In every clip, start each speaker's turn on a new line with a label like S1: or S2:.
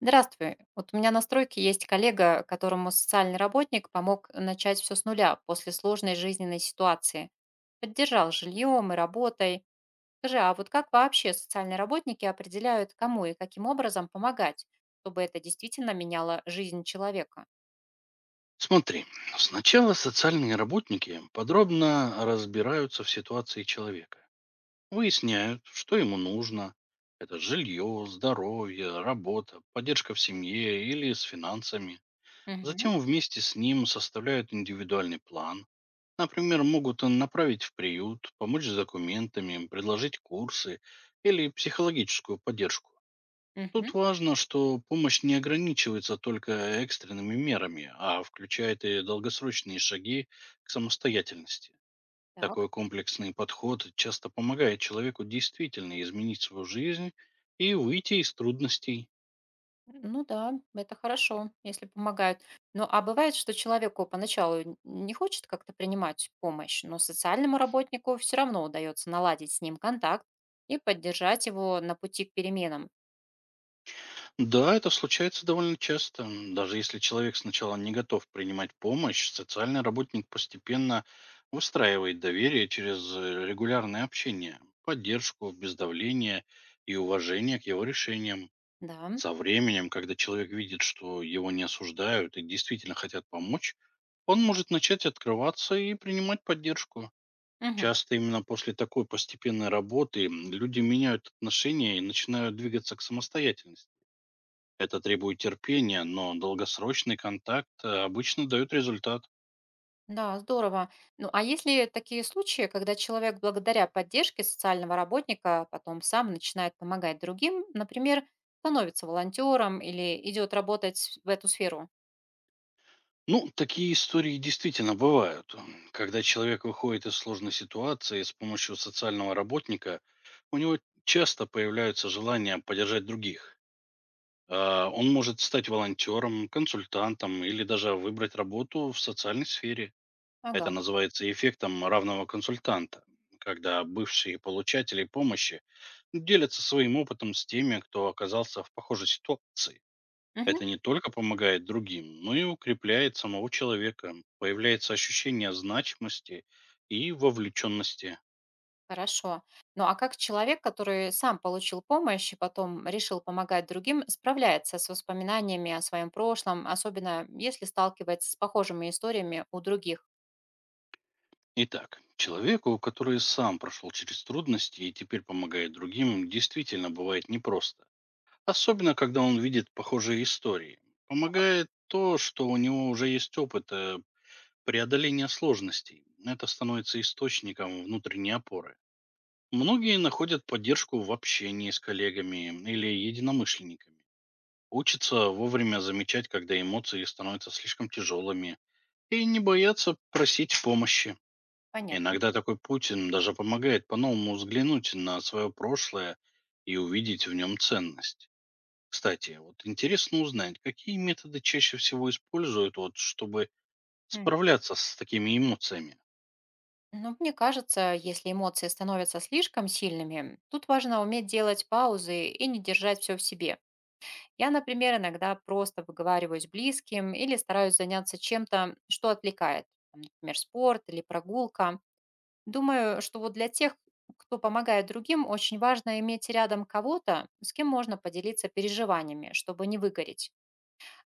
S1: Здравствуй. Вот у меня на стройке есть коллега, которому социальный работник помог начать все с нуля после сложной жизненной ситуации. Поддержал жильем и работой. Скажи, а вот как вообще социальные работники определяют, кому и каким образом помогать, чтобы это действительно меняло жизнь человека?
S2: Смотри, сначала социальные работники подробно разбираются в ситуации человека. Выясняют, что ему нужно. Это жилье, здоровье, работа, поддержка в семье или с финансами.
S1: Угу,
S2: Затем вместе с ним составляют индивидуальный план. Например, могут направить в приют, помочь с документами, предложить курсы или психологическую поддержку.
S1: угу,
S2: Тут важно, что помощь не ограничивается только экстренными мерами, а включает и долгосрочные шаги к самостоятельности.
S1: так.
S2: Такой комплексный подход часто помогает человеку действительно изменить свою жизнь и выйти из трудностей.
S1: Ну да, это хорошо, если помогают. Ну а бывает, что человеку поначалу не хочет как-то принимать помощь, но социальному работнику все равно удается наладить с ним контакт и поддержать его на пути к переменам.
S2: Да, это случается довольно часто. Даже если человек сначала не готов принимать помощь, социальный работник постепенно выстраивает доверие через регулярное общение, поддержку, без давления и уважение к его решениям.
S1: Да.
S2: Со временем, когда человек видит, что его не осуждают и действительно хотят помочь, он может начать открываться и принимать поддержку.
S1: Мгм.
S2: Часто именно после такой постепенной работы люди меняют отношения и начинают двигаться к самостоятельности. Это требует терпения, но долгосрочный контакт обычно дает результат.
S1: Да, здорово. Ну а есть ли такие случаи, когда человек благодаря поддержке социального работника потом сам начинает помогать другим, например, становится волонтером или идет работать в эту сферу?
S2: Ну, такие истории действительно бывают. Когда человек выходит из сложной ситуации с помощью социального работника, у него часто появляются желания поддержать других. Он может стать волонтером, консультантом или даже выбрать работу в социальной сфере. Это
S1: Ага.
S2: называется эффектом равного консультанта, когда бывшие получатели помощи делятся своим опытом с теми, кто оказался в похожей ситуации. Это не только помогает другим, но и укрепляет самого человека. Появляется ощущение значимости и вовлеченности.
S1: Хорошо. Ну а как человек, который сам получил помощь и потом решил помогать другим, справляется с воспоминаниями о своем прошлом, особенно если сталкивается с похожими историями у других?
S2: Итак, человеку, который сам прошел через трудности и теперь помогает другим, действительно бывает непросто. Особенно, когда он видит похожие истории. Помогает то, что у него уже есть опыт преодоления сложностей. Это становится источником внутренней опоры. Многие находят поддержку в общении с коллегами или единомышленниками. Учатся вовремя замечать, когда эмоции становятся слишком тяжелыми, и не боятся просить помощи.
S1: Понятно.
S2: Иногда такой Путин даже помогает по-новому взглянуть на свое прошлое и увидеть в нем ценность. Кстати, вот интересно узнать, какие методы чаще всего используют, вот, чтобы
S1: М.
S2: справляться с такими эмоциями.
S1: Ну, мне кажется, если эмоции становятся слишком сильными, тут важно уметь делать паузы и не держать все в себе. Я, например, иногда просто выговариваюсь близким или стараюсь заняться чем-то, что отвлекает, там, например, спорт или прогулка. Думаю, что вот для тех, кто помогает другим, очень важно иметь рядом кого-то, с кем можно поделиться переживаниями, чтобы не выгореть.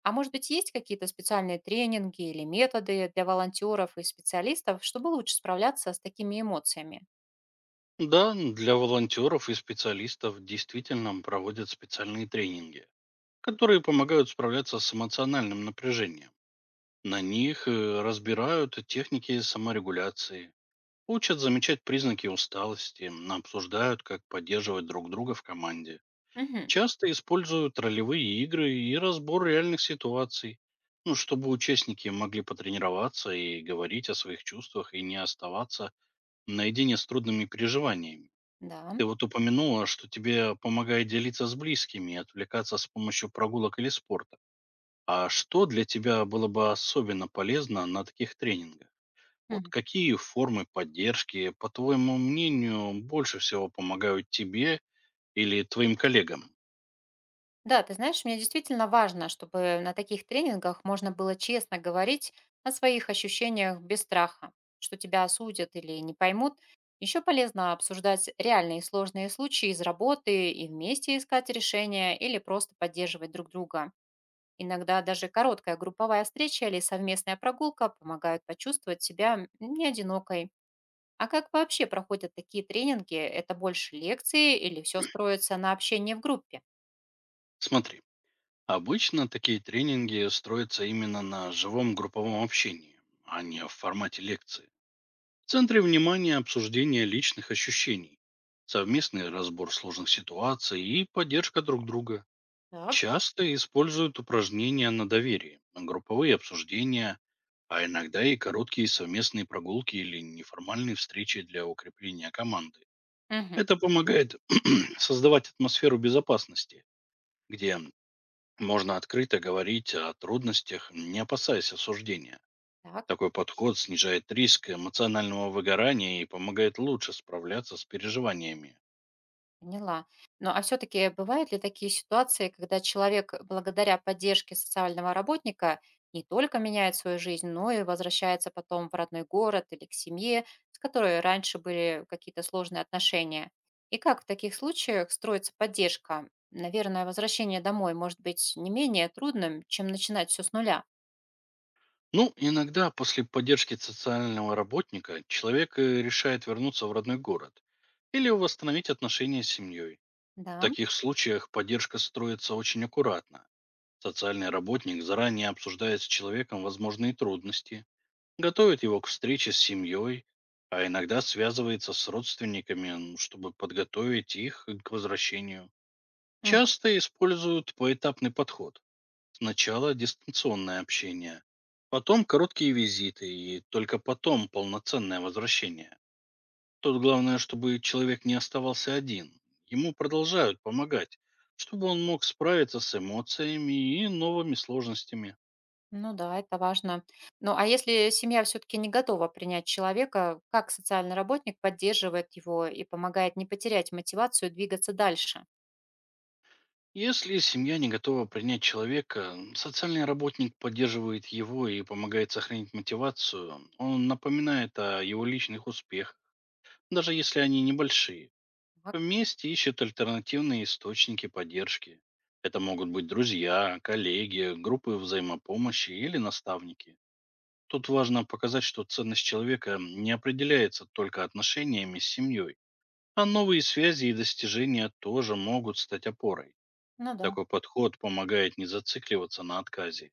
S1: А может быть, есть какие-то специальные тренинги или методы для волонтеров и специалистов, чтобы лучше справляться с такими эмоциями?
S2: Да, для волонтеров и специалистов действительно проводят специальные тренинги, которые помогают справляться с эмоциональным напряжением. На них разбирают техники саморегуляции, учат замечать признаки усталости, обсуждают, как поддерживать друг друга в команде.
S1: Мгм.
S2: Часто используют ролевые игры и разбор реальных ситуаций, ну, чтобы участники могли потренироваться и говорить о своих чувствах и не оставаться наедине с трудными переживаниями.
S1: Да.
S2: Ты вот упомянула, что тебе помогает делиться с близкими и отвлекаться с помощью прогулок или спорта. А что для тебя было бы особенно полезно на таких тренингах? Вот какие формы поддержки, по твоему мнению, больше всего помогают тебе или твоим коллегам?
S1: Да, ты знаешь, мне действительно важно, чтобы на таких тренингах можно было честно говорить о своих ощущениях без страха, что тебя осудят или не поймут. Еще полезно обсуждать реальные сложные случаи из работы и вместе искать решения или просто поддерживать друг друга. Иногда даже короткая групповая встреча или совместная прогулка помогают почувствовать себя не одинокой. А как вообще проходят такие тренинги? Это больше лекции или все строится на общении в группе?
S2: Смотри. Обычно такие тренинги строятся именно на живом групповом общении, а не в формате лекции. В центре внимания обсуждение личных ощущений, совместный разбор сложных ситуаций и поддержка друг друга.
S1: Так.
S2: Часто используют упражнения на доверие, групповые обсуждения, а иногда и короткие совместные прогулки или неформальные встречи для укрепления команды.
S1: Мгм.
S2: Это помогает создавать атмосферу безопасности, где можно открыто говорить о трудностях, не опасаясь осуждения.
S1: Так.
S2: Такой подход снижает риск эмоционального выгорания и помогает лучше справляться с переживаниями.
S1: Поняла. Ну, а все-таки бывают ли такие ситуации, когда человек благодаря поддержке социального работника не только меняет свою жизнь, но и возвращается потом в родной город или к семье, с которой раньше были какие-то сложные отношения? И как в таких случаях строится поддержка? Наверное, возвращение домой может быть не менее трудным, чем начинать все с нуля.
S2: Ну, иногда после поддержки социального работника человек решает вернуться в родной город или восстановить отношения с семьей. В
S1: Да.
S2: таких случаях поддержка строится очень аккуратно. Социальный работник заранее обсуждает с человеком возможные трудности, готовит его к встрече с семьей, а иногда связывается с родственниками, чтобы подготовить их к возвращению. Часто используют поэтапный подход. Сначала дистанционное общение, потом короткие визиты и только потом полноценное возвращение. Тут главное, чтобы человек не оставался один. Ему продолжают помогать, чтобы он мог справиться с эмоциями и новыми сложностями.
S1: Ну да, это важно. Ну, а если семья все-таки не готова принять человека, как социальный работник поддерживает его и помогает не потерять мотивацию двигаться дальше?
S2: Если семья не готова принять человека, социальный работник поддерживает его и помогает сохранить мотивацию. Он напоминает о его личных успехах, даже если они небольшие.
S1: Так.
S2: Вместе ищет альтернативные источники поддержки. Это могут быть друзья, коллеги, группы взаимопомощи или наставники. Тут важно показать, что ценность человека не определяется только отношениями с семьей, а новые связи и достижения тоже могут стать опорой.
S1: Ну да,
S2: Такой подход помогает не зацикливаться на отказе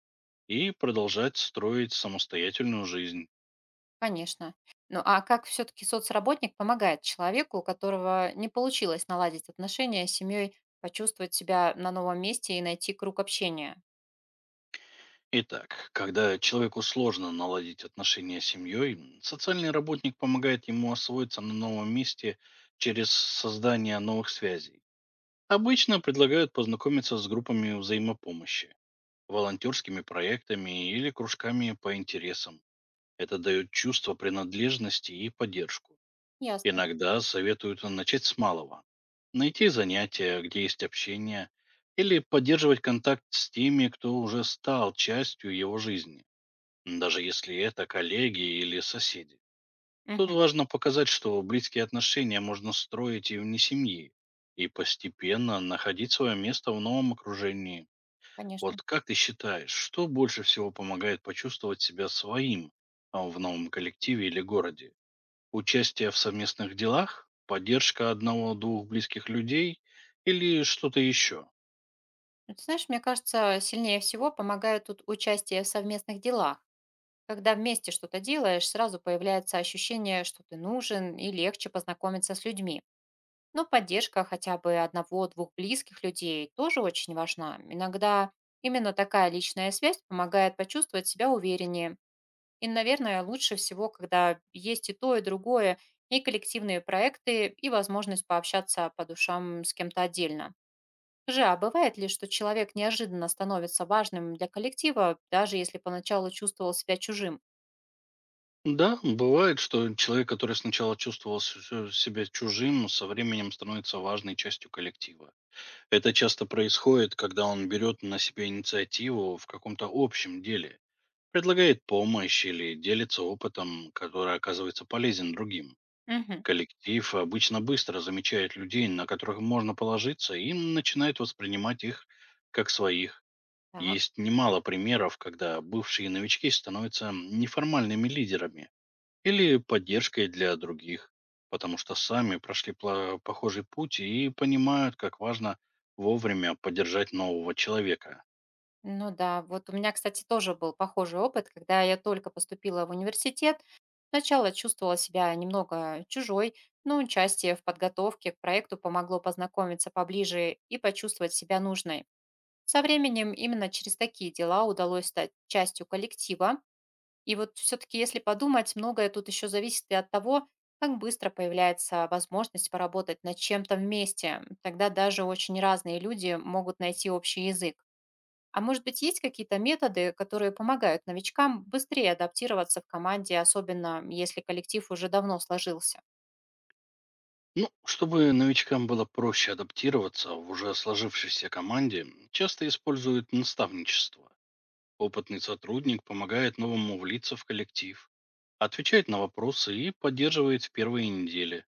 S2: и продолжать строить самостоятельную жизнь.
S1: конечно. Ну а как все-таки соцработник помогает человеку, у которого не получилось наладить отношения с семьей, почувствовать себя на новом месте и найти круг общения?
S2: Итак, когда человеку сложно наладить отношения с семьей, социальный работник помогает ему освоиться на новом месте через создание новых связей. Обычно предлагают познакомиться с группами взаимопомощи, волонтерскими проектами или кружками по интересам. Это дает чувство принадлежности и поддержку.
S1: Ясно.
S2: Иногда советуют начать с малого. Найти занятия, где есть общение, или поддерживать контакт с теми, кто уже стал частью его жизни, даже если это коллеги или соседи. Тут
S1: Мгм,
S2: важно показать, что близкие отношения можно строить и вне семьи, и постепенно находить свое место в новом окружении.
S1: конечно.
S2: Вот как ты считаешь, что больше всего помогает почувствовать себя своим в новом коллективе или городе? Участие в совместных делах, поддержка одного-двух близких людей или что-то еще.
S1: Ну, ты знаешь, мне кажется, сильнее всего помогает тут участие в совместных делах. Когда вместе что-то делаешь, сразу появляется ощущение, что ты нужен и легче познакомиться с людьми. Но поддержка хотя бы одного-двух близких людей тоже очень важна. Иногда именно такая личная связь помогает почувствовать себя увереннее. И, наверное, лучше всего, когда есть и то, и другое, и коллективные проекты, и возможность пообщаться по душам с кем-то отдельно. Же, а бывает ли, что человек неожиданно становится важным для коллектива, даже если поначалу чувствовал себя чужим?
S2: Да, бывает, что человек, который сначала чувствовал себя чужим, со временем становится важной частью коллектива. Это часто происходит, когда он берет на себя инициативу в каком-то общем деле, предлагает помощь или делится опытом, который оказывается полезен другим.
S1: Угу.
S2: Коллектив обычно быстро замечает людей, на которых можно положиться, и начинает воспринимать их как своих.
S1: Так.
S2: Есть немало примеров, когда бывшие новички становятся неформальными лидерами или поддержкой для других, потому что сами прошли похожий путь и понимают, как важно вовремя поддержать нового человека.
S1: Ну да, вот у меня, кстати, тоже был похожий опыт, когда я только поступила в университет. Сначала чувствовала себя немного чужой, но участие в подготовке к проекту помогло познакомиться поближе и почувствовать себя нужной. Со временем именно через такие дела удалось стать частью коллектива. И вот все-таки, если подумать, многое тут еще зависит и от того, как быстро появляется возможность поработать над чем-то вместе. Тогда даже очень разные люди могут найти общий язык. А может быть, есть какие-то методы, которые помогают новичкам быстрее адаптироваться в команде, особенно если коллектив уже давно сложился?
S2: Ну, чтобы новичкам было проще адаптироваться в уже сложившейся команде, часто используют наставничество. Опытный сотрудник помогает новому влиться в коллектив, отвечает на вопросы и поддерживает в первые недели.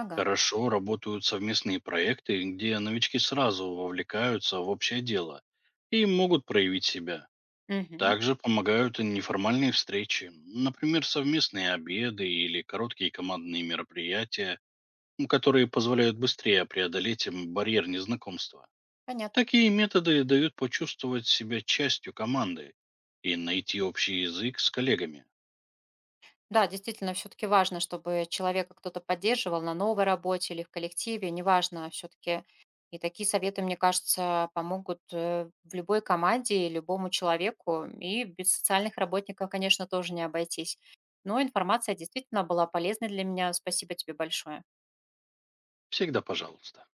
S1: Ага.
S2: Хорошо работают совместные проекты, где новички сразу вовлекаются в общее дело и могут проявить себя.
S1: Мгм.
S2: Также помогают и неформальные встречи, например, совместные обеды или короткие командные мероприятия, которые позволяют быстрее преодолеть барьер незнакомства.
S1: Понятно.
S2: Такие методы дают почувствовать себя частью команды и найти общий язык с коллегами.
S1: Да, действительно, все-таки важно, чтобы человека кто-то поддерживал на новой работе или в коллективе, неважно, все-таки. И такие советы, мне кажется, помогут в любой команде и любому человеку. И без социальных работников, конечно, тоже не обойтись. Но информация действительно была полезной для меня. Спасибо тебе большое.
S2: Всегда пожалуйста.